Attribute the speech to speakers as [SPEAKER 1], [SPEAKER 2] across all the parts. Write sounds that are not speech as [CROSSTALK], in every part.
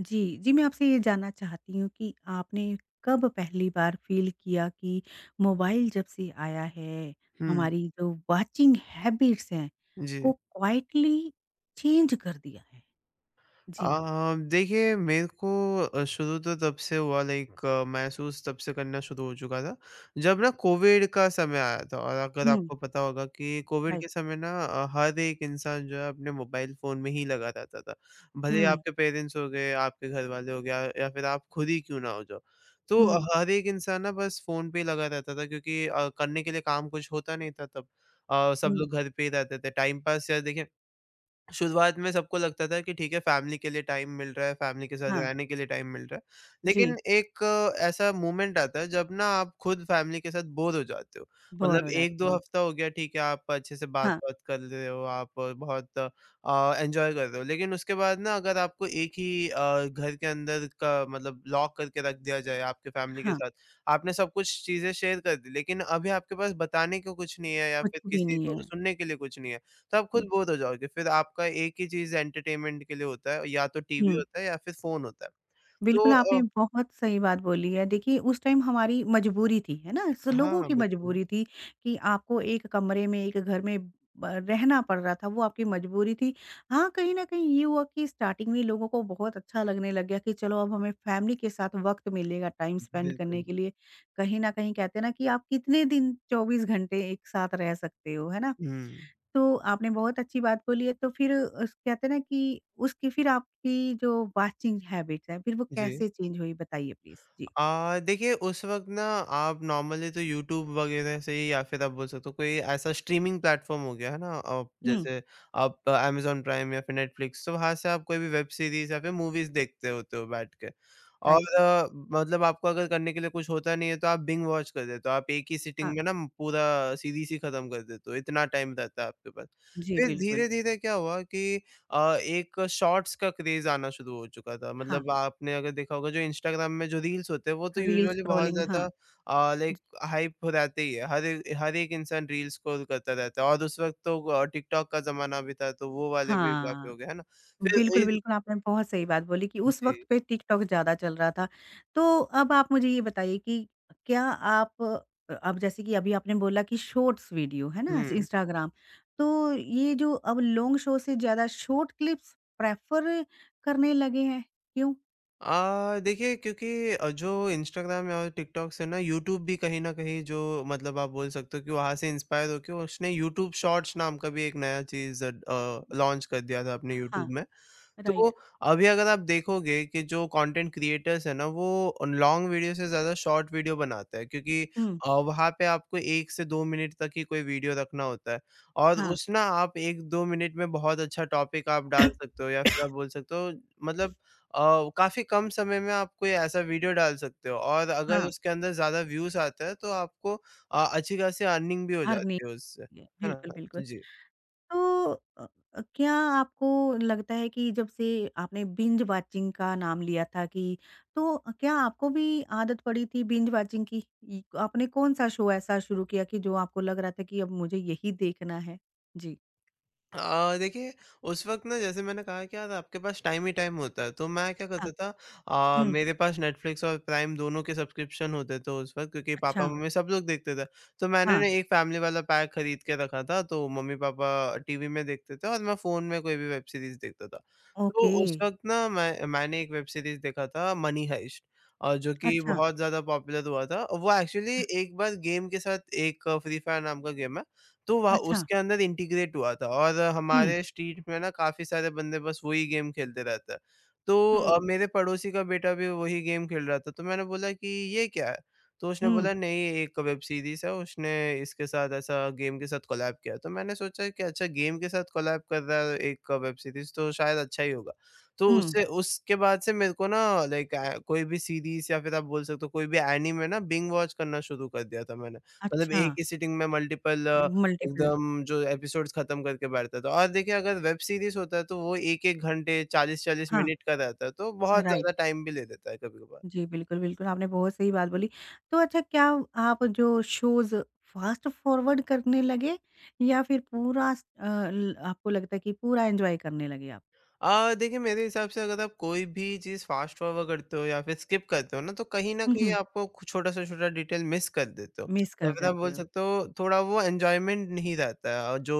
[SPEAKER 1] जी, जी मैं आपसे ये जानना चाहती हूँ कि आपने कब पहली बार फ़ील किया कि मोबाइल जब से आया है,
[SPEAKER 2] हुँ,
[SPEAKER 1] हमारी जो वाचिंग हैबिट्स हैं, को
[SPEAKER 2] जी।
[SPEAKER 1] क्वाइटली चेंज कर दिया है? जी।
[SPEAKER 2] अ, देखिए मेरे को शुरू तो तब से हुआ लाइक महसूस तब से करना शुरू हो चुका था, जब ना कोविड का समय आया था। और अगर
[SPEAKER 1] हुँ,
[SPEAKER 2] आपको पता होगा कि कोविड
[SPEAKER 1] राइट।
[SPEAKER 2] के समय ना हर एक इंसान जो है अपने मोबाइल फ़ोन में ही लगा रहता था। भले ही
[SPEAKER 1] हुँ,
[SPEAKER 2] आपके पेरेंट्स हो गए, आपके घरवाले हो गया या फिर आप खुद ही क्यों ना हो जाओ। तो
[SPEAKER 1] हुँ,
[SPEAKER 2] हर एक इंसान ना बस फ़ोन पे ही लगा रहता था, क्योंकि करने के लिए काम कुछ होता नहीं था तब। सब
[SPEAKER 1] हुँ।
[SPEAKER 2] लोग घर पे ही रहते थे, टाइम पास। या देखिए, शुरुआत में सबको लगता था कि ठीक है, फैमिली के लिए टाइम मिल रहा है, फैमिली के साथ
[SPEAKER 1] हाँ,
[SPEAKER 2] रहने के लिए टाइम मिल रहा है।
[SPEAKER 1] जी,
[SPEAKER 2] लेकिन एक ऐसा मोमेंट आता है, जब ना आप खुद फैमिली के साथ बोर हो जाते हो।
[SPEAKER 1] बोर
[SPEAKER 2] मतलब
[SPEAKER 1] हो जाते
[SPEAKER 2] 1-2
[SPEAKER 1] हो।
[SPEAKER 2] हफ्ता हो गया, ठीक है, आप अच्छे से
[SPEAKER 1] हाँ,
[SPEAKER 2] बात-वात कर रहे हो, आप बहुत एन्जॉय कर रहे हो। लेकिन उसके बाद ना, अगर आपको एक ही घर के अंदर का मतलब लॉक करके रख दिया जाए आपके फैमिली के
[SPEAKER 1] हाँ,
[SPEAKER 2] साथ, आपने सब कुछ चीज़ें शेयर कर दी, लेकिन अभी आपके पास बताने को कुछ नहीं है या
[SPEAKER 1] कुछ
[SPEAKER 2] फिर
[SPEAKER 1] भी
[SPEAKER 2] किसी
[SPEAKER 1] नहीं
[SPEAKER 2] को
[SPEAKER 1] है।
[SPEAKER 2] सुनने के लिए कुछ नहीं है। तो आप खुद बोर हो जाओगे। फिर आपका एक ही चीज़ एंटरटेनमेंट के लिए होता है, या तो टीवी
[SPEAKER 1] हुँ।
[SPEAKER 2] होता है या फिर फ़ोन होता है।
[SPEAKER 1] बिल्कुल,
[SPEAKER 2] तो
[SPEAKER 1] आपने
[SPEAKER 2] अ,
[SPEAKER 1] बहुत सही बात बोली
[SPEAKER 2] जी
[SPEAKER 1] है। देखिए, उस टाइम हमारी मजबूरी थी, है ना? स लोगों
[SPEAKER 2] हाँ,
[SPEAKER 1] की
[SPEAKER 2] बिल्कुल।
[SPEAKER 1] मजबूरी थी कि आपको एक कमरे में, एक घर में ब रहना पड़ रहा था, वो आपकी मजबूरी थी। हाँ, कहीं न कहीं ये हुआ कि स्टार्टिंग में लोगों को बहुत अच्छा लगने लग गया कि चलो, अब हमें फैमिली के साथ वक़्त मिलेगा टाइम स्पेंड करने
[SPEAKER 2] बिल्कुल।
[SPEAKER 1] के लिए। कहीं न कहीं कहते हैं ना कि आप कितने दिन 24 घंटे एक साथ रह सकते हो, है ना?
[SPEAKER 2] हुँ,
[SPEAKER 1] तो आपने बहुत अच्छी बात बोली है, तो फिर उस कहते हैं ना कि उसकी फिर आपकी जो वाचिंग हैबिट्स है, फिर वो
[SPEAKER 2] जी।
[SPEAKER 1] कैसे चेंज हुई बताइए प्लीज़? जी।
[SPEAKER 2] देखिए, उस वक़्त ना आप नॉर्मली तो यूट्यूब वग़ैरह से ही, या फिर आप बोल सकते हो कोई ऐसा स्ट्रीमिंग प्लेटफ़ॉर्म हो गया, है ना?
[SPEAKER 1] हुँ,
[SPEAKER 2] जैसे आप अमेज़न प्राइम या फिर नेटफ्लिक्स, तो वहाँ से आप कोई भी वेब सीरीज़ या फिर मूवीज़ देखते होते हो बैठ के। और
[SPEAKER 1] राइट।
[SPEAKER 2] मतलब आपको अगर करने के लिए कुछ होता नहीं है, तो आप बिंज वॉच कर देते हो। आप एक ही
[SPEAKER 1] हाँ,
[SPEAKER 2] सिटिंग में ना पूरा सीरीज़ ही ख़त्म कर देते हो, इतना टाइम रहता है आपके पास।
[SPEAKER 1] जी
[SPEAKER 2] फिर
[SPEAKER 1] बिल्कुल।
[SPEAKER 2] धीरे-धीरे क्या हुआ कि एक शॉर्ट्स का क्रेज़ आना शुरू हो चुका था।
[SPEAKER 1] हाँ,
[SPEAKER 2] मतलब आपने अगर देखा होगा, जो इंस्टाग्राम में जो रील्स होते हैं, वो तो
[SPEAKER 1] रील
[SPEAKER 2] यूजुअली बहुत
[SPEAKER 1] स्क्रॉलिंग हाँ,
[SPEAKER 2] ज़्यादा
[SPEAKER 1] ज
[SPEAKER 2] लाइक हाइप हो जाते ही है। हर ए हर एक इंसान रील्स स्क्रॉल करता रहता है, और उस वक़्त तो टिकटॉक का ज़माना भी था, तो वो वाले भी काफ़ी
[SPEAKER 1] हाँ।
[SPEAKER 2] हो गए, है ना? फिर
[SPEAKER 1] बिल्कुल,
[SPEAKER 2] इन
[SPEAKER 1] बिल्कुल, आपने बहुत सही बात बोली कि उस
[SPEAKER 2] जी।
[SPEAKER 1] वक़्त पे टिकटॉक ज़्यादा चल रहा था। तो अब आप मुझे ये बताइए कि क्या आप अब जैसे कि अभी आपने बोला कि शॉर्ट्स वीडियो, है ना?
[SPEAKER 2] हुँ।
[SPEAKER 1] इंस्टाग्राम, तो ये जो अब लॉन्ग शो से ज़्यादा शॉर्ट क्लिप्स प्रेफ़र करने लगे हैं, क्यों?
[SPEAKER 2] देखिए, क्योंकि जो इंस्टाग्राम और टिकटॉक से ना यूट्यूब भी कहीं न कहीं जो मतलब आप बोल सकते हो कि वहाँ से इंस्पायर होके उसने यूट्यूब शॉर्ट्स नाम का भी एक नया चीज़ लॉन्च कर दिया था अपने यूट्यूब
[SPEAKER 1] हाँ,
[SPEAKER 2] में। तो
[SPEAKER 1] राइट।
[SPEAKER 2] अभी अगर आप देखोगे कि जो कंटेंट क्रिएटर्स हैं ना, वो लॉन्ग वीडियो से ज़्यादा शॉर्ट वीडियो बनाते हैं, क्योंकि
[SPEAKER 1] हुँ,
[SPEAKER 2] वहाँ पे आपको 1 से 2 मिनट तक ही कोई वीडियो रखना होता है। और
[SPEAKER 1] हाँ।
[SPEAKER 2] उस ना आप 1-2 मिनट में बहुत अच्छा टॉपिक आप डाल
[SPEAKER 1] [COUGHS]
[SPEAKER 2] सकते हो, या फिर आप बोल सकते हो मतलब काफ़ी कम समय में आप कोई ऐसा वीडियो डाल सकते हो, और
[SPEAKER 1] हाँ,
[SPEAKER 2] अगर उसके अंदर ज़्यादा व्यूज़ आते हैं तो आपको अच्छी खासी अर्निंग भी हो जाती है
[SPEAKER 1] अर्निंग
[SPEAKER 2] उससे। है ना?
[SPEAKER 1] बिल्कुल, बिल्कुल।
[SPEAKER 2] तो जी।
[SPEAKER 1] तो क्या आपको लगता है कि जब से आपने बिंज वॉचिंग का नाम लिया था कि तो क्या आपको भी आदत पड़ी थी बिंज वॉचिंग की? इ आपने कौन-सा शो ऐसा शुरू किया कि जो आपको लग रहा था कि अब मुझे यही देखना है? जी।
[SPEAKER 2] देखिए, उस वक़्त ना, जैसे मैंने कहा क्या था, आपके पास टाइम ही टाइम होता है, तो मैं क्या
[SPEAKER 1] हाँ।
[SPEAKER 2] करता था।
[SPEAKER 1] हुँ।
[SPEAKER 2] मेरे पास नेटफ्लिक्स और प्राइम दोनों के सब्सक्रिप्शन होते थे उस वक़्त, क्योंकि
[SPEAKER 1] अच्छा।
[SPEAKER 2] पापा-मम्मी सब लोग देखते थे। तो मैंने
[SPEAKER 1] हाँ,
[SPEAKER 2] ना एक फैमिली वाला पैक खरीद के रखा था, तो मम्मी-पापा टीवी में देखते थे और मैं फ़ोन में कोई भी वेब सीरीज़ देखता था। तो
[SPEAKER 1] ओके।
[SPEAKER 2] उस वक़्त ना मैंने एक वेब सीरीज़ देखा था, मनी हाइस्ट, जो कि
[SPEAKER 1] अच्छा,
[SPEAKER 2] बहुत ज़्यादा पॉपुलर हुआ था। वो एक्चुअली
[SPEAKER 1] हाँ,
[SPEAKER 2] एक बार गेम के साथ एक फ्री फायर नाम का गेम है। तो वहाँ
[SPEAKER 1] अच्छा।
[SPEAKER 2] उसके अंदर इंटीग्रेट हुआ था। और हुँ।
[SPEAKER 1] हुँ,
[SPEAKER 2] हमारे स्ट्रीट में ना काफ़ी सारे बंदे बस वही गेम खेलते रहते हैं। तो
[SPEAKER 1] हुँ,
[SPEAKER 2] मेरे पड़ोसी का बेटा भी वही गेम खेल रहा था, तो मैंने बोला कि ये क्या है? तो उसने
[SPEAKER 1] हुँ,
[SPEAKER 2] बोला, हुँ। नहीं, ये एक वेब सीरीज़ है, उसने इसके साथ ऐसा गेम के साथ कोलैब किया है। तो मैंने सोचा कि अच्छा, गेम के साथ कोलैब कर रहा है एक वेब सीरीज़, तो शायद अच्छा ही होगा। तो
[SPEAKER 1] हुँ।
[SPEAKER 2] उससे उसके बाद से मेरे को ना लाइक कोई भी सीरीज़ या फिर आप बोल सकते हो कोई भी एनीमे ना बिंज वॉच करना शुरू कर दिया था मैंने। मतलब
[SPEAKER 1] अच्छा,
[SPEAKER 2] एक ही सिटिंग में मल्टीपल
[SPEAKER 1] मल्टीपल
[SPEAKER 2] एकदम जो एपिसोड्स खत्म करके बैठता था। और देखिए, अगर वेब सीरीज होता है तो वो 1-1 घंटे 40-40
[SPEAKER 1] हाँ,
[SPEAKER 2] मिनट का रहता है, तो बहुत
[SPEAKER 1] राइट।
[SPEAKER 2] ज़्यादा टाइम भी ले लेता है कभी-कभार।
[SPEAKER 1] जी, बिल्कुल, बिल्कुल, आपने बहुत सही बात बोली। तो अच्छा क्या आप जो शोज़ फ़ास्ट फ़ॉरवर्ड करने लगे या फिर पूरा स अ, ल आपको लगता है कि पूरा एन्जॉय करने लगे आप?
[SPEAKER 2] देखिए, मेरे हिसाब से अगर आप कोई भी चीज़ फ़ास्ट फ़ॉरवर्ड करते हो या फिर स्किप करते हो ना, तो कहीं न
[SPEAKER 1] हुँ,
[SPEAKER 2] कहीं
[SPEAKER 1] हुँ,
[SPEAKER 2] आपको कु छोटा से छोटा डिटेल मिस कर देते हो।
[SPEAKER 1] मिस
[SPEAKER 2] या
[SPEAKER 1] कर
[SPEAKER 2] फिर आप
[SPEAKER 1] जाते
[SPEAKER 2] बोल
[SPEAKER 1] हो।
[SPEAKER 2] सकते हो, थोड़ा वो एन्जॉयमेंट नहीं रहता है। और जो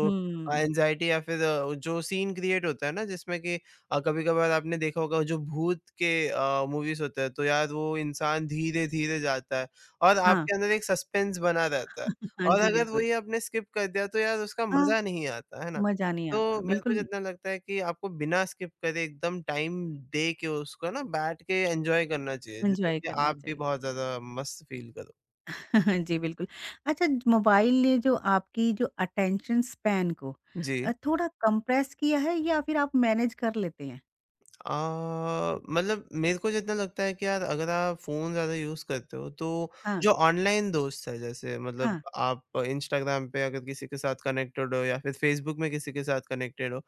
[SPEAKER 1] हुँ,
[SPEAKER 2] एंग्ज़ायटी या फिर जो सीन क्रिएट होता है ना, जिसमें कि कभी-कभार आपने देखा होगा, जो भूत के मूवीज़ होते हैं, तो यार वो इंसान धीरे-धीरे जाता है और
[SPEAKER 1] हाँ,
[SPEAKER 2] आपके अंदर एक सस्पेंस बना रहता है।
[SPEAKER 1] [LAUGHS] हाँ
[SPEAKER 2] और
[SPEAKER 1] जी,
[SPEAKER 2] अगर
[SPEAKER 1] बिल्कुल।
[SPEAKER 2] वही आपने स्किप कर दिया तो यार उसका
[SPEAKER 1] हाँ,
[SPEAKER 2] मज़ा नहीं आता, है ना?
[SPEAKER 1] मज़ा नहीं
[SPEAKER 2] तो
[SPEAKER 1] आता,
[SPEAKER 2] मेरे को
[SPEAKER 1] बिल्कुल
[SPEAKER 2] जितना लगता है कि आपको बिना स्किप करे एकदम टाइम दे के उसको ना बैठ के एन्जॉय करना चाहिए, जिससे
[SPEAKER 1] एन्जॉय
[SPEAKER 2] कि
[SPEAKER 1] करना
[SPEAKER 2] आप भी
[SPEAKER 1] चाहिए।
[SPEAKER 2] बहुत ज़्यादा मस्त फ़ील करो।
[SPEAKER 1] [LAUGHS] जी, बिल्कुल। अच्छा मोबाइल ने जो आपकी जो अटेंशन स्पैन को
[SPEAKER 2] जी।
[SPEAKER 1] थोड़ा कंप्रेस किया है या फिर आप मैनेज कर लेते हैं?
[SPEAKER 2] मतलब मेरे को जितना लगता है कि यार, अगर आप फ़ोन ज़्यादा यूज़ करते हो, तो
[SPEAKER 1] हाँ,
[SPEAKER 2] जो ऑनलाइन दोस्त है, जैसे मतलब
[SPEAKER 1] हाँ,
[SPEAKER 2] आप इंस्टाग्राम पे अगर किसी के साथ कनेक्टेड हो या फिर फेसबुक में किसी के साथ कनेक्टेड हो,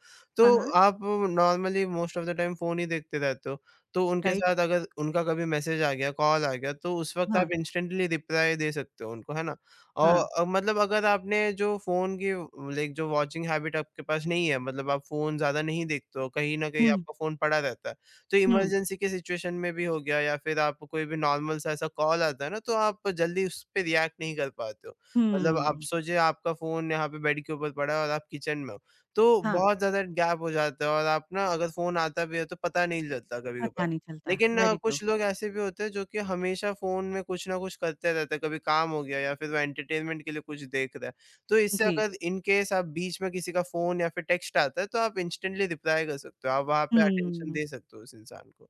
[SPEAKER 1] हाँ,
[SPEAKER 2] तो
[SPEAKER 1] हाँ,
[SPEAKER 2] आप normally most of the time phone ही देखते रहते हो। तो उनके
[SPEAKER 1] राइट,
[SPEAKER 2] साथ अगर उनका कभी मैसेज आ गया, कॉल आ गया, तो उस वक़्त आप
[SPEAKER 1] हाँ,
[SPEAKER 2] इंस्टेंटली रिप्लाई दे सकते हो उनको, है ना? और
[SPEAKER 1] हाँ।
[SPEAKER 2] मतलब अगर आपने जो फ़ोन की लाइक जो वॉचिंग हैबिट आपके पास नहीं है, मतलब आप फ़ोन ज़्यादा नहीं देखते हो, कहीं न कहीं
[SPEAKER 1] हुँ,
[SPEAKER 2] आपका फ़ोन पड़ा रहता है। तो
[SPEAKER 1] हुँ,
[SPEAKER 2] इमरजेंसी की सिचुएशन में भी हो गया या फिर आपको कोई भी नॉर्मल सा ऐसा कॉल आता है ना, तो आप जल्दी उस पे रिएक्ट नहीं कर पाते हो। मतलब आप
[SPEAKER 1] हुँ।
[SPEAKER 2] सोचिए, आपका फ़ोन यहाँ पे बेड के ऊपर पड़ा है और आप किचन में हो, तो
[SPEAKER 1] हाँ,
[SPEAKER 2] बहुत ज़्यादा गैप हो जाता है, और आप ना अगर फ़ोन आता भी है तो पता नहीं चलता
[SPEAKER 1] पता
[SPEAKER 2] कभी-कभार।
[SPEAKER 1] नहीं चलता,
[SPEAKER 2] लेकिन
[SPEAKER 1] वेरी ट्रू।
[SPEAKER 2] कुछ लोग ऐसे भी होते हैं जो कि हमेशा फ़ोन में कुछ ना कुछ करते रहते हैं, कभी काम हो गया या फिर वो एंटरटेनमेंट के लिए कुछ देख रहा है। तो इससे
[SPEAKER 1] जी,
[SPEAKER 2] अगर इन केस आप बीच में किसी का फ़ोन या फिर टेक्स्ट आता है, तो आप इंस्टेंटली रिप्लाई कर सकते हो, आप वहाँ पे अटेंशन
[SPEAKER 1] हुँ।
[SPEAKER 2] दे सकते हो उस इंसान को।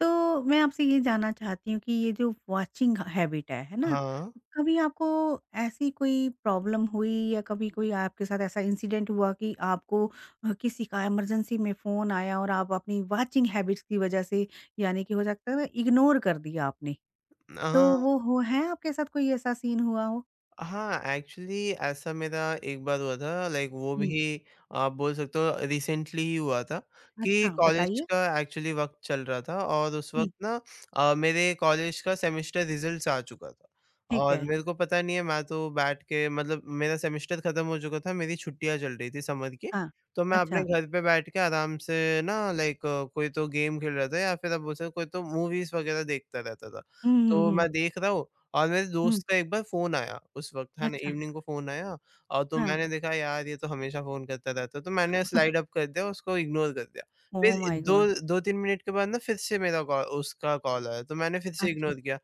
[SPEAKER 1] तो मैं आपसे ये जानना चाहती हूँ कि ये जो वॉचिंग हैबिट है ना?
[SPEAKER 2] हाँ।
[SPEAKER 1] कभी आपको ऐसी कोई प्रॉब्लम हुई या कभी कोई आपके साथ ऐसा इंसिडेंट हुआ कि आपको किसी का इमरजेंसी में फ़ोन आया और आप अपनी वॉचिंग हैबिट्स की वज़ह से यानी कि हो सकता है ना इग्नोर कर दिया आपने। तो
[SPEAKER 2] हाँ।
[SPEAKER 1] वो हो है आपके साथ कोई ऐसा सीन हुआ हो?
[SPEAKER 2] हाँ, एक्चुअली ऐसा मेरा एक बार हुआ था, लाइक वो
[SPEAKER 1] हुँ,
[SPEAKER 2] भी आप बोल सकते हो रिसेंटली ही हुआ था कि
[SPEAKER 1] अच्छा
[SPEAKER 2] कॉलेज
[SPEAKER 1] बताइए।
[SPEAKER 2] का एक्चुअली वक़्त चल रहा था और उस
[SPEAKER 1] हुँ,
[SPEAKER 2] वक़्त ना मेरे कॉलेज का सेमेस्टर रिज़ल्ट्स आ चुका था।
[SPEAKER 1] ठीक
[SPEAKER 2] और
[SPEAKER 1] है।
[SPEAKER 2] मेरे को पता नहीं है, मैं तो बैठ के मतलब, मेरा सेमेस्टर ख़त्म हो चुका था, मेरी छुट्टियाँ चल रही थी समर की।
[SPEAKER 1] हाँ,
[SPEAKER 2] तो मैं अपने
[SPEAKER 1] अच्छा।
[SPEAKER 2] घर पे बैठ के आराम से ना लाइक कोई तो गेम खेल रहा था, या फिर आप बोल सकते हो कोई तो मूवीज़ वग़ैरह देखता रहता था।
[SPEAKER 1] हुँ, हुँ,
[SPEAKER 2] तो
[SPEAKER 1] हुँ।
[SPEAKER 2] मैं देख रहा हूँ, और मेरे
[SPEAKER 1] हुँ,
[SPEAKER 2] दोस्त का एक बार फ़ोन आया उस वक़्त, है ना?
[SPEAKER 1] अच्छा,
[SPEAKER 2] इवनिंग को फ़ोन आया। और तो
[SPEAKER 1] हाँ।
[SPEAKER 2] मैंने देखा, यार ये तो हमेशा फ़ोन करता रहता है, तो मैंने स्लाइड
[SPEAKER 1] [LAUGHS]
[SPEAKER 2] अप कर दिया, उसको इग्नोर कर दिया। फिर
[SPEAKER 1] ओह माय
[SPEAKER 2] दो
[SPEAKER 1] गॉड!
[SPEAKER 2] 2-3 मिनट के बाद ना फिर से मेरा कॉल उसका कॉल आया, तो मैंने फिर से
[SPEAKER 1] अच्छा,
[SPEAKER 2] इग्नोर किया।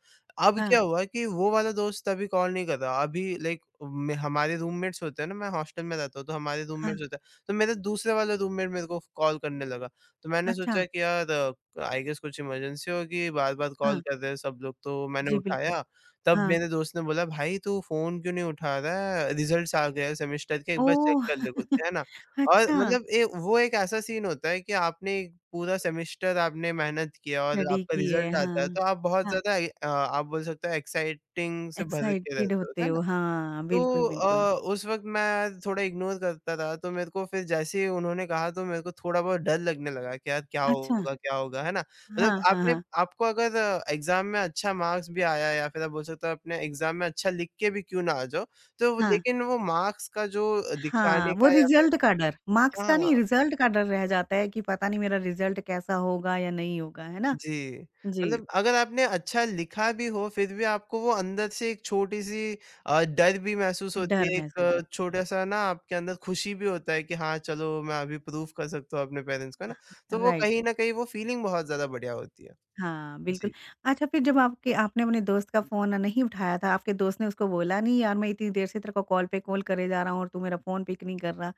[SPEAKER 2] अब
[SPEAKER 1] हाँ,
[SPEAKER 2] क्या हुआ कि वो वाला दोस्त अभी कॉल नहीं कर रहा, अभी लाइक में हमारे रूममेट्स होते हैं ना, मैं हॉस्टल में रहता हूँ, तो हमारे
[SPEAKER 1] हाँ,
[SPEAKER 2] रूममेट्स होते हैं, तो मेरा दूसरे वाला रूममेट मेरे को कॉल करने लगा। तो मैंने
[SPEAKER 1] अच्छा,
[SPEAKER 2] सोचा कि यार आई गेस कुछ इमरजेंसी होगी, बार-बार
[SPEAKER 1] हाँ।
[SPEAKER 2] कॉल कर रहे हैं सब लोग, तो मैंने
[SPEAKER 1] जी, बिल्कुल,
[SPEAKER 2] उठाया। तब
[SPEAKER 1] हाँ।
[SPEAKER 2] मेरे दोस्त ने बोला, "भाई तू फ़ोन क्यों नहीं उठा रहा है? रिज़ल्ट्स आ गए हैं सेमेस्टर के, एक बार चेक
[SPEAKER 1] ओह!
[SPEAKER 2] कर ले खुद के"
[SPEAKER 1] [LAUGHS]
[SPEAKER 2] है ना? और
[SPEAKER 1] अच्छा,
[SPEAKER 2] मतलब ए वो एक ऐसा सीन होता है कि आपने एक पूरा सेमेस्टर आपने मेहनत किया और
[SPEAKER 1] स्टडी
[SPEAKER 2] आपका
[SPEAKER 1] की है,
[SPEAKER 2] रिज़ल्ट आता है,
[SPEAKER 1] हाँ।
[SPEAKER 2] तो आप बहुत
[SPEAKER 1] हाँ,
[SPEAKER 2] ज़्यादा आप बोल सकते हो एक्साइटिंग से भर के
[SPEAKER 1] एक्साइटेड
[SPEAKER 2] रहते हो,
[SPEAKER 1] होते
[SPEAKER 2] है ना?
[SPEAKER 1] हो, हाँ,
[SPEAKER 2] तो
[SPEAKER 1] बिल्कुल, बिल्कुल।
[SPEAKER 2] उस वक़्त मैं थोड़ा इग्नोर करता था, तो मेरे को फिर जैसे ही उन्होंने कहा, तो मेरे को थोड़ा बहुत डर लगने लगा कि यार
[SPEAKER 1] अच्छा,
[SPEAKER 2] क्या होगा, है ना? मतलब
[SPEAKER 1] हाँ, हाँ,
[SPEAKER 2] आपने
[SPEAKER 1] हाँ,
[SPEAKER 2] आपको अगर एग्ज़ाम में अच्छा मार्क्स भी आया या फिर आप बोल सकते हो आपने एग्ज़ाम में अच्छा लिख के भी क्यों ना आ जाओ, तो
[SPEAKER 1] हाँ।
[SPEAKER 2] लेकिन वो मार्क्स का जो
[SPEAKER 1] हाँ,
[SPEAKER 2] दिखाने
[SPEAKER 1] वो
[SPEAKER 2] का या फिर।
[SPEAKER 1] रिज़ल्ट का डर, मार्क्स का
[SPEAKER 2] हाँ।
[SPEAKER 1] नहीं, रिज़ल्ट का डर रह जाता है कि पता नहीं मेरा रिज़ल्ट कैसा होगा या नहीं होगा, है ना?
[SPEAKER 2] जी,
[SPEAKER 1] जी,
[SPEAKER 2] मतलब अगर आपने अच्छा लिखा भी हो, फिर भी आपको वो अंदर से एक छोटी-सी डर भी महसूस होती
[SPEAKER 1] डर
[SPEAKER 2] है,
[SPEAKER 1] महसूस
[SPEAKER 2] एक
[SPEAKER 1] होता
[SPEAKER 2] छोटा-सा ना आपके अंदर खुशी भी होता है कि हाँ, चलो मैं अभी प्रूफ़ कर सकता हूँ अपने पेरेंट्स को, है ना? तो
[SPEAKER 1] है,
[SPEAKER 2] वो
[SPEAKER 1] राइट।
[SPEAKER 2] कहीं न कहीं वो फीलिंग बहुत ज़्यादा बढ़िया होती है।
[SPEAKER 1] हाँ, बिल्कुल।
[SPEAKER 2] जी।
[SPEAKER 1] अच्छा फिर जब आपके आपने अपने दोस्त का फ़ोन नहीं उठाया था, आपके दोस्त ने उसको बोला नहीं यार मैं इतनी देर से तेरे को कॉल पे कॉल करे जा रहा हूँ और तू मेरा फ़ोन पिक नहीं कर रहा।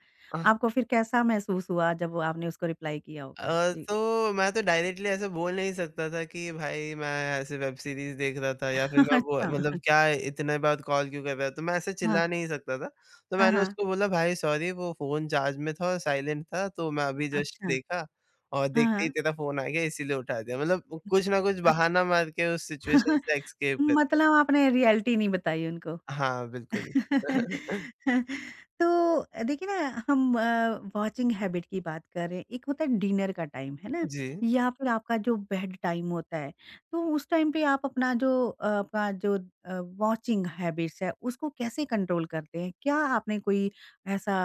[SPEAKER 1] आपको फिर कैसा महसूस हुआ जब आपने उसको रिप्लाई किया होगा? जी।
[SPEAKER 2] तो मैं तो डायरेक्टली ऐसे बोल नहीं सकता था कि भाई मैं ऐसे वेब सीरीज़ देख रहा था या फिर
[SPEAKER 1] [LAUGHS]
[SPEAKER 2] मैं वो
[SPEAKER 1] अच्छा।
[SPEAKER 2] मतलब क्या इतने बाद कॉल क्यों कर रहा है? तो मैं ऐसे
[SPEAKER 1] हाँ।
[SPEAKER 2] चिल्ला नहीं सकता था। तो
[SPEAKER 1] हाँ,
[SPEAKER 2] मैंने
[SPEAKER 1] हाँ।
[SPEAKER 2] उसको बोला, भाई सॉरी वो फ़ोन चार्ज में था और साइलेंट था, तो मैं अभी जस्ट
[SPEAKER 1] अच्छा।
[SPEAKER 2] देखा और
[SPEAKER 1] हाँ,
[SPEAKER 2] देखते ही
[SPEAKER 1] हाँ।
[SPEAKER 2] तेरा फ़ोन आ गया इसीलिए उठा दिया। मतलब कुछ ना कुछ बहाना
[SPEAKER 1] अच्छा
[SPEAKER 2] मार के उस सिचुएशन
[SPEAKER 1] [LAUGHS]
[SPEAKER 2] से एस्केप कर गया।
[SPEAKER 1] मतलब आपने रियलिटी नहीं बताई उनको?
[SPEAKER 2] हाँ, बिल्कुल। [LAUGHS]
[SPEAKER 1] [LAUGHS] तो देखिए ना हम वॉचिंग हैबिट की बात कर रहे हैं एक होता है डिनर का टाइम है ना
[SPEAKER 2] जी।
[SPEAKER 1] या फिर आपका जो बेड टाइम होता है तो उस टाइम पे आप अपना आपका जो वॉचिंग हैबिट्स है उसको कैसे कंट्रोल करते हैं क्या आपने कोई ऐसा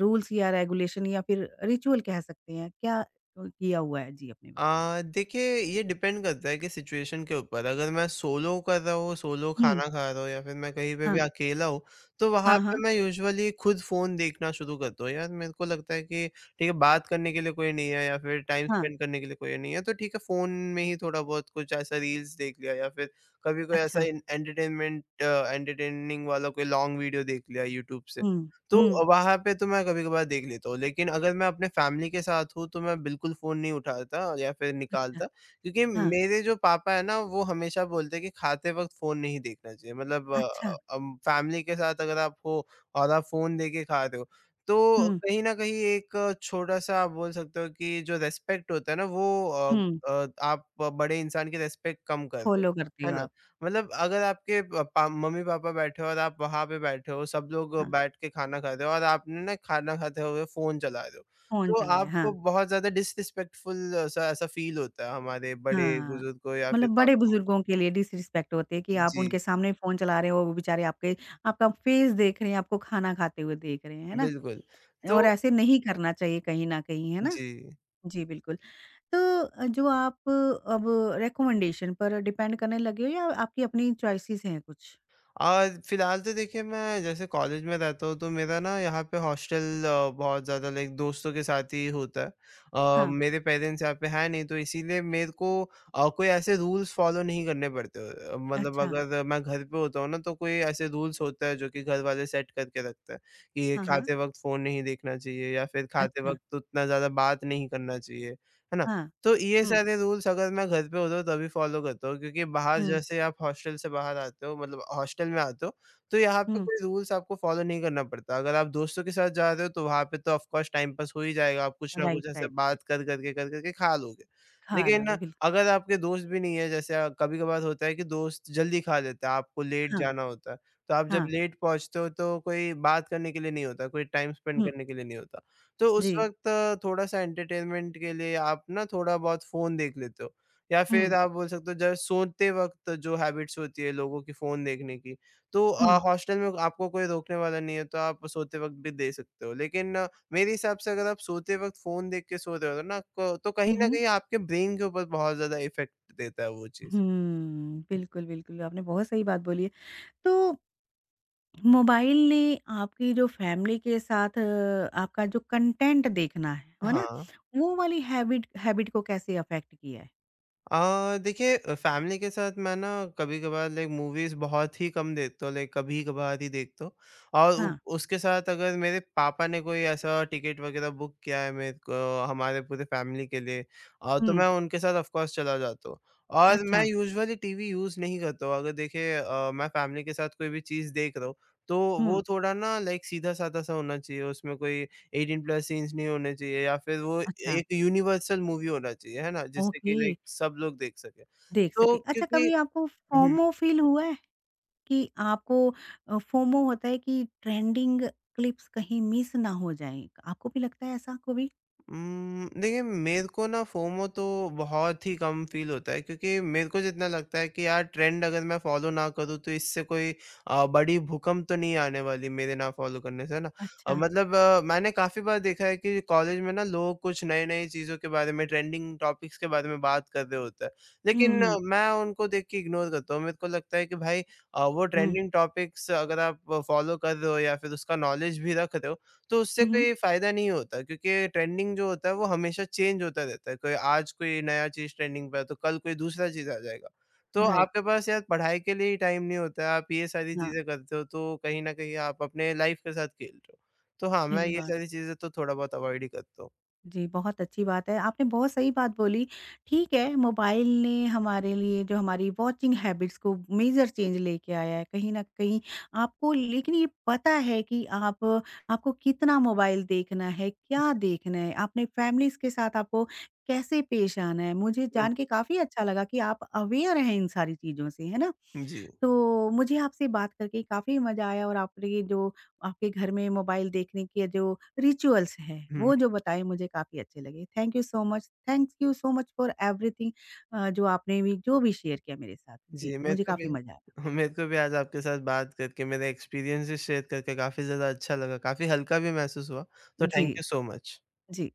[SPEAKER 1] रूल्स या रेगुलेशन या फिर रिचुअल कह सकते हैं क्या किया हुआ है जी अपने बारे में
[SPEAKER 2] देखिए ये डिपेंड करता है कि सिचुएशन के ऊपर, अगर मैं सोलो कर रहा हूँ, सोलो
[SPEAKER 1] हम्म
[SPEAKER 2] खाना खा रहा हूँ या फिर मैं कहीं पे भी
[SPEAKER 1] हाँ
[SPEAKER 2] अकेला हूँ, तो वहाँ
[SPEAKER 1] हाँ हाँ
[SPEAKER 2] पे मैं यूजुअली खुद फ़ोन देखना शुरू करता हूँ। यार, मेरे को लगता है कि ठीक है, बात करने के लिए कोई नहीं है या फिर टाइम
[SPEAKER 1] हाँ
[SPEAKER 2] स्पेंड करने के लिए कोई नहीं है, तो ठीक है, फ़ोन में ही थोड़ा बहुत कुछ ऐसा रील्स देख लिया या फिर कभी कोई ऐसा
[SPEAKER 1] अच्छा
[SPEAKER 2] एंटरटेनमेंट एंटरटेनिंग वाला कोई लॉन्ग वीडियो देख लिया यूट्यूब से।
[SPEAKER 1] हम्म
[SPEAKER 2] तो
[SPEAKER 1] हम्म
[SPEAKER 2] वहाँ पे तो मैं कभी-कभार देख लेता हूँ, लेकिन अगर मैं अपने फैमिली के साथ हूँ, तो मैं बिल्कुल फ़ोन नहीं उठाता या फिर
[SPEAKER 1] अच्छा
[SPEAKER 2] निकालता, क्योंकि
[SPEAKER 1] हाँ
[SPEAKER 2] मेरे जो पापा हैं ना, वो हमेशा बोलते हैं कि खाते वक़्त फ़ोन नहीं देखना चाहिए। मतलब
[SPEAKER 1] अच्छा
[SPEAKER 2] अब फैमिली के साथ अगर आप हो और आप फ़ोन देके खा रहे हो, तो
[SPEAKER 1] हम्म
[SPEAKER 2] कहीं न कहीं एक छोटा-सा आप बोल सकते हो कि जो रिस्पेक्ट होता है ना, वो
[SPEAKER 1] हम्म
[SPEAKER 2] आप बड़े इंसान की रिस्पेक्ट कम कर रहे हो,
[SPEAKER 1] फ़ॉलो करते
[SPEAKER 2] है
[SPEAKER 1] हो
[SPEAKER 2] ना?
[SPEAKER 1] आप।
[SPEAKER 2] मतलब अगर आपके प पा मम्मी-पापा बैठे हो और आप वहाँ पे बैठे हो, सब लोग
[SPEAKER 1] हाँ,
[SPEAKER 2] बैठ के खाना खा रहे हो और आपने ना खाना खाते हुए फ़ोन चला रहे हो,
[SPEAKER 1] फ़ोन
[SPEAKER 2] तो
[SPEAKER 1] चलाया, हाँ,
[SPEAKER 2] आपको बहुत ज़्यादा डिसरिस्पेक्टफुल सा ऐसा फ़ील होता है, हमारे बड़े
[SPEAKER 1] हाँ।
[SPEAKER 2] बुज़ुर्ग को या फिर
[SPEAKER 1] मतलब
[SPEAKER 2] पापा को।
[SPEAKER 1] बड़े-बुजुर्गों के लिए डिसरिस्पेक्ट होती है कि आप उनके
[SPEAKER 2] जी,
[SPEAKER 1] सामने फ़ोन चला रहे हो, वो बेचारे आपके आपका फेस देख रहे हैं, आपको खाना खाते हुए देख रहे हैं, है ना?
[SPEAKER 2] बिल्कुल।
[SPEAKER 1] और
[SPEAKER 2] तो
[SPEAKER 1] ऐसे नहीं करना चाहिए कहीं न कहीं, है ना?
[SPEAKER 2] जी।
[SPEAKER 1] जी, बिल्कुल। तो अ, जो आप अ, अब रिकमेंडेशन पर डिपेंड करने लगे हो या आपकी अपनी चॉइसेस हैं कुछ?
[SPEAKER 2] आज फ़िलहाल तो देखिए, मैं जैसे कॉलेज में रहता हूँ, तो मेरा ना यहाँ पे हॉस्टल बहुत ज़्यादा लाइक दोस्तों के साथ ही होता है।
[SPEAKER 1] हाँ,
[SPEAKER 2] मेरे पेरेंट्स यहाँ पे हैं नहीं, तो इसीलिए मेरे को कोई ऐसे रूल्स फ़ॉलो नहीं करने पड़ते। मतलब
[SPEAKER 1] अच्छा।
[SPEAKER 2] अगर मैं घर पे होता हूँ ना, तो कोई ऐसे रूल्स होता है जो कि घर वाले सेट करके रखते हैं कि ये
[SPEAKER 1] हाँ, हाँ।
[SPEAKER 2] खाते वक़्त फ़ोन नहीं देखना चाहिए या फिर खाते
[SPEAKER 1] अच्छा,
[SPEAKER 2] वक़्त उतना ज़्यादा बात नहीं करना चाहिए, है ना?
[SPEAKER 1] हाँ।
[SPEAKER 2] तो ये
[SPEAKER 1] हुँ,
[SPEAKER 2] सारे रूल्स अगर मैं घर पे होता हूँ तभी फ़ॉलो करता हूँ, क्योंकि बाहर
[SPEAKER 1] हुँ,
[SPEAKER 2] जैसे आप हॉस्टल से बाहर आते हो, मतलब हॉस्टल में आते हो, तो यहाँ पे
[SPEAKER 1] हुँ।
[SPEAKER 2] कोई रूल्स आपको फ़ॉलो नहीं करना पड़ता। अगर आप दोस्तों के साथ जा रहे हो, तो वहाँ पे तो ऑफ़ कोर्स टाइम पास हो ही जाएगा, आप कुछ ना
[SPEAKER 1] राइट,
[SPEAKER 2] कुछ ऐसे
[SPEAKER 1] राइट, राइट।
[SPEAKER 2] बात कर के, कर कर के खा लोगे।
[SPEAKER 1] खा
[SPEAKER 2] लेकिन
[SPEAKER 1] लोगे, बिल्कुल।
[SPEAKER 2] अगर आपके दोस्त भी नहीं है, जैसे कभी-कभार होता है कि दोस्त जल्दी खा लेते हैं, आपको लेट
[SPEAKER 1] हाँ,
[SPEAKER 2] जाना होता है। तो आप जब
[SPEAKER 1] हाँ।
[SPEAKER 2] लेट पहुँचते हो, तो कोई बात करने के लिए नहीं होता, कोई टाइम स्पेंड
[SPEAKER 1] हुँ,
[SPEAKER 2] करने के लिए नहीं होता। तो उस
[SPEAKER 1] जी।
[SPEAKER 2] वक़्त थोड़ा-सा एंटरटेनमेंट के लिए आप ना थोड़ा बहुत फ़ोन देख लेते हो, या फिर
[SPEAKER 1] हुँ,
[SPEAKER 2] आप बोल सकते हो जब सोते वक़्त जो हैबिट्स होती है लोगों की फ़ोन देखने की, तो
[SPEAKER 1] हुँ।
[SPEAKER 2] हॉस्टल में आपको कोई रोकने वाला नहीं है, तो आप सोते वक़्त भी दे सकते हो। लेकिन मेरे हिसाब से अगर आप सोते वक़्त फ़ोन देख के सो रहे हो ना, क तो कहीं
[SPEAKER 1] हुँ,
[SPEAKER 2] न
[SPEAKER 1] हुँ।
[SPEAKER 2] कहीं आपके ब्रेन के ऊपर बहुत ज़्यादा इफ़ेक्ट देता है वो चीज़।
[SPEAKER 1] हुँ, बिल्कुल, बिल्कुल, आपने बहुत सही बात बोली है। तो मोबाइल ने आपकी जो फैमिली के साथ आपका जो कंटेंट देखना है ना?
[SPEAKER 2] हाँ।
[SPEAKER 1] वो वाली हैबिट हैबिट को कैसे अफ़ेक्ट किया है?
[SPEAKER 2] देखिए, फैमिली के साथ मैं ना कभी-कभार लाइक मूवीज़ बहुत ही कम देखता हूँ, लाइक कभी-कभार ही देखता हूँ, और उ
[SPEAKER 1] हाँ।
[SPEAKER 2] उसके साथ अगर मेरे पापा ने कोई ऐसा टिकट वगैरह बुक किया है मेरे को, हमारे पूरे फैमिली के लिए, तो
[SPEAKER 1] हुँ,
[SPEAKER 2] मैं उनके साथ ऑफ कोर्स चला जाता हूँ और मैं
[SPEAKER 1] अच्छा।
[SPEAKER 2] यूजुअली टीवी यूज़ नहीं करता हूँ। अगर देखिए, मैं फैमिली के साथ कोई भी चीज़ देख रहा हूँ, तो वो
[SPEAKER 1] हुँ,
[SPEAKER 2] थोड़ा ना लाइक सीधा-साधा सा होना चाहिए, उसमें कोई 18 प्लस सीन्स नहीं होने चाहिए या फिर वो
[SPEAKER 1] अच्छा,
[SPEAKER 2] एक यूनिवर्सल मूवी होना चाहिए, है ना? जिससे कि
[SPEAKER 1] ओके,
[SPEAKER 2] लाइक सब लोग देख सकें।
[SPEAKER 1] देख सके।
[SPEAKER 2] तो
[SPEAKER 1] अच्छा,
[SPEAKER 2] क्योंकि
[SPEAKER 1] कभी आपको
[SPEAKER 2] हुँ।
[SPEAKER 1] फोमो फ़ील हुआ है कि आपको फोमो होता है कि ट्रेंडिंग क्लिप्स कहीं मिस ना हो जाएँ, आपको भी लगता है ऐसा कभी?
[SPEAKER 2] देखिए, मेरे को ना फोमो तो बहुत ही कम फ़ील होता है, क्योंकि मेरे को जितना लगता है कि यार ट्रेंड अगर मैं फ़ॉलो ना करूँ, तो इससे कोई बड़ी भूकंप तो नहीं आने वाली मेरे ना फ़ॉलो करने से, है ना?
[SPEAKER 1] अच्छा।
[SPEAKER 2] मतलब मैंने काफ़ी बार देखा है कि कॉलेज में ना लोग कुछ नए-नए चीज़ों के बारे में, ट्रेंडिंग टॉपिक्स के बारे में बात कर रहे होते हैं।
[SPEAKER 1] हुँ,
[SPEAKER 2] लेकिन
[SPEAKER 1] हुँ।
[SPEAKER 2] मैं उनको देख के इग्नोर करता हूँ। मेरे को लगता है कि भाई, वो
[SPEAKER 1] हुँ।
[SPEAKER 2] ट्रेंडिंग टॉपिक्स अगर आप फ़ॉलो कर रहे हो या फिर उसका नॉलेज भी रख रहे हो, तो उससे
[SPEAKER 1] हुँ, हुँ।
[SPEAKER 2] कोई फ़ायदा नहीं होता, क्योंकि ट्रेंडिंग जो होता है वो हमेशा चेंज होता रहता है। कोई आज कोई नया चीज़ ट्रेंडिंग पे है, तो कल कोई दूसरा चीज़ आ जाएगा। तो
[SPEAKER 1] राइट।
[SPEAKER 2] आपके पास यार पढ़ाई के लिए ही टाइम नहीं होता है, आप ये सारी
[SPEAKER 1] हाँ,
[SPEAKER 2] चीज़ें करते हो, तो कहीं न कहीं आप अपने लाइफ़ के साथ खेल रहे हो। तो हाँ, मैं ये
[SPEAKER 1] खिलवाड़।
[SPEAKER 2] सारी चीज़ें तो थोड़ा बहुत अवॉइड ही करता हूँ।
[SPEAKER 1] जी, बहुत अच्छी बात है, आपने बहुत सही बात बोली। ठीक है, मोबाइल ने हमारे लिए जो हमारी वॉचिंग हैबिट्स को मेजर चेंज लेके आया है, कहीं न कहीं आपको लेकिन ये पता है कि आप आपको कितना मोबाइल देखना है, क्या देखना है, आपने फैमिलीज़ के साथ आपको कैसे पेश आना है। मुझे
[SPEAKER 2] बिल
[SPEAKER 1] जान के काफ़ी अच्छा लगा कि आप अवेयर हैं इन सारी चीज़ों से, है ना?
[SPEAKER 2] जी।
[SPEAKER 1] तो मुझे आपसे बात करके काफ़ी मज़ा आया और आपने ये जो आपके घर में मोबाइल देखने के जो रिचुअल्स हैं,
[SPEAKER 2] हुँ,
[SPEAKER 1] वो जो बताए मुझे काफ़ी अच्छे लगे। Thank you so much thank you so much for everything जो आपने भी जो भी शेयर किया मेरे साथ। जी,
[SPEAKER 2] जी, मेरे
[SPEAKER 1] मुझे
[SPEAKER 2] को भी
[SPEAKER 1] काफ़ी मज़ा आया।
[SPEAKER 2] आज आपके साथ बात करके, मेरे एक्सपीरियंसेस शेयर करके काफ़ी ज़्यादा अच्छा लगा, काफ़ी हल्का भी महसूस हुआ। तो
[SPEAKER 1] जी,
[SPEAKER 2] thank you so much.
[SPEAKER 1] Ji.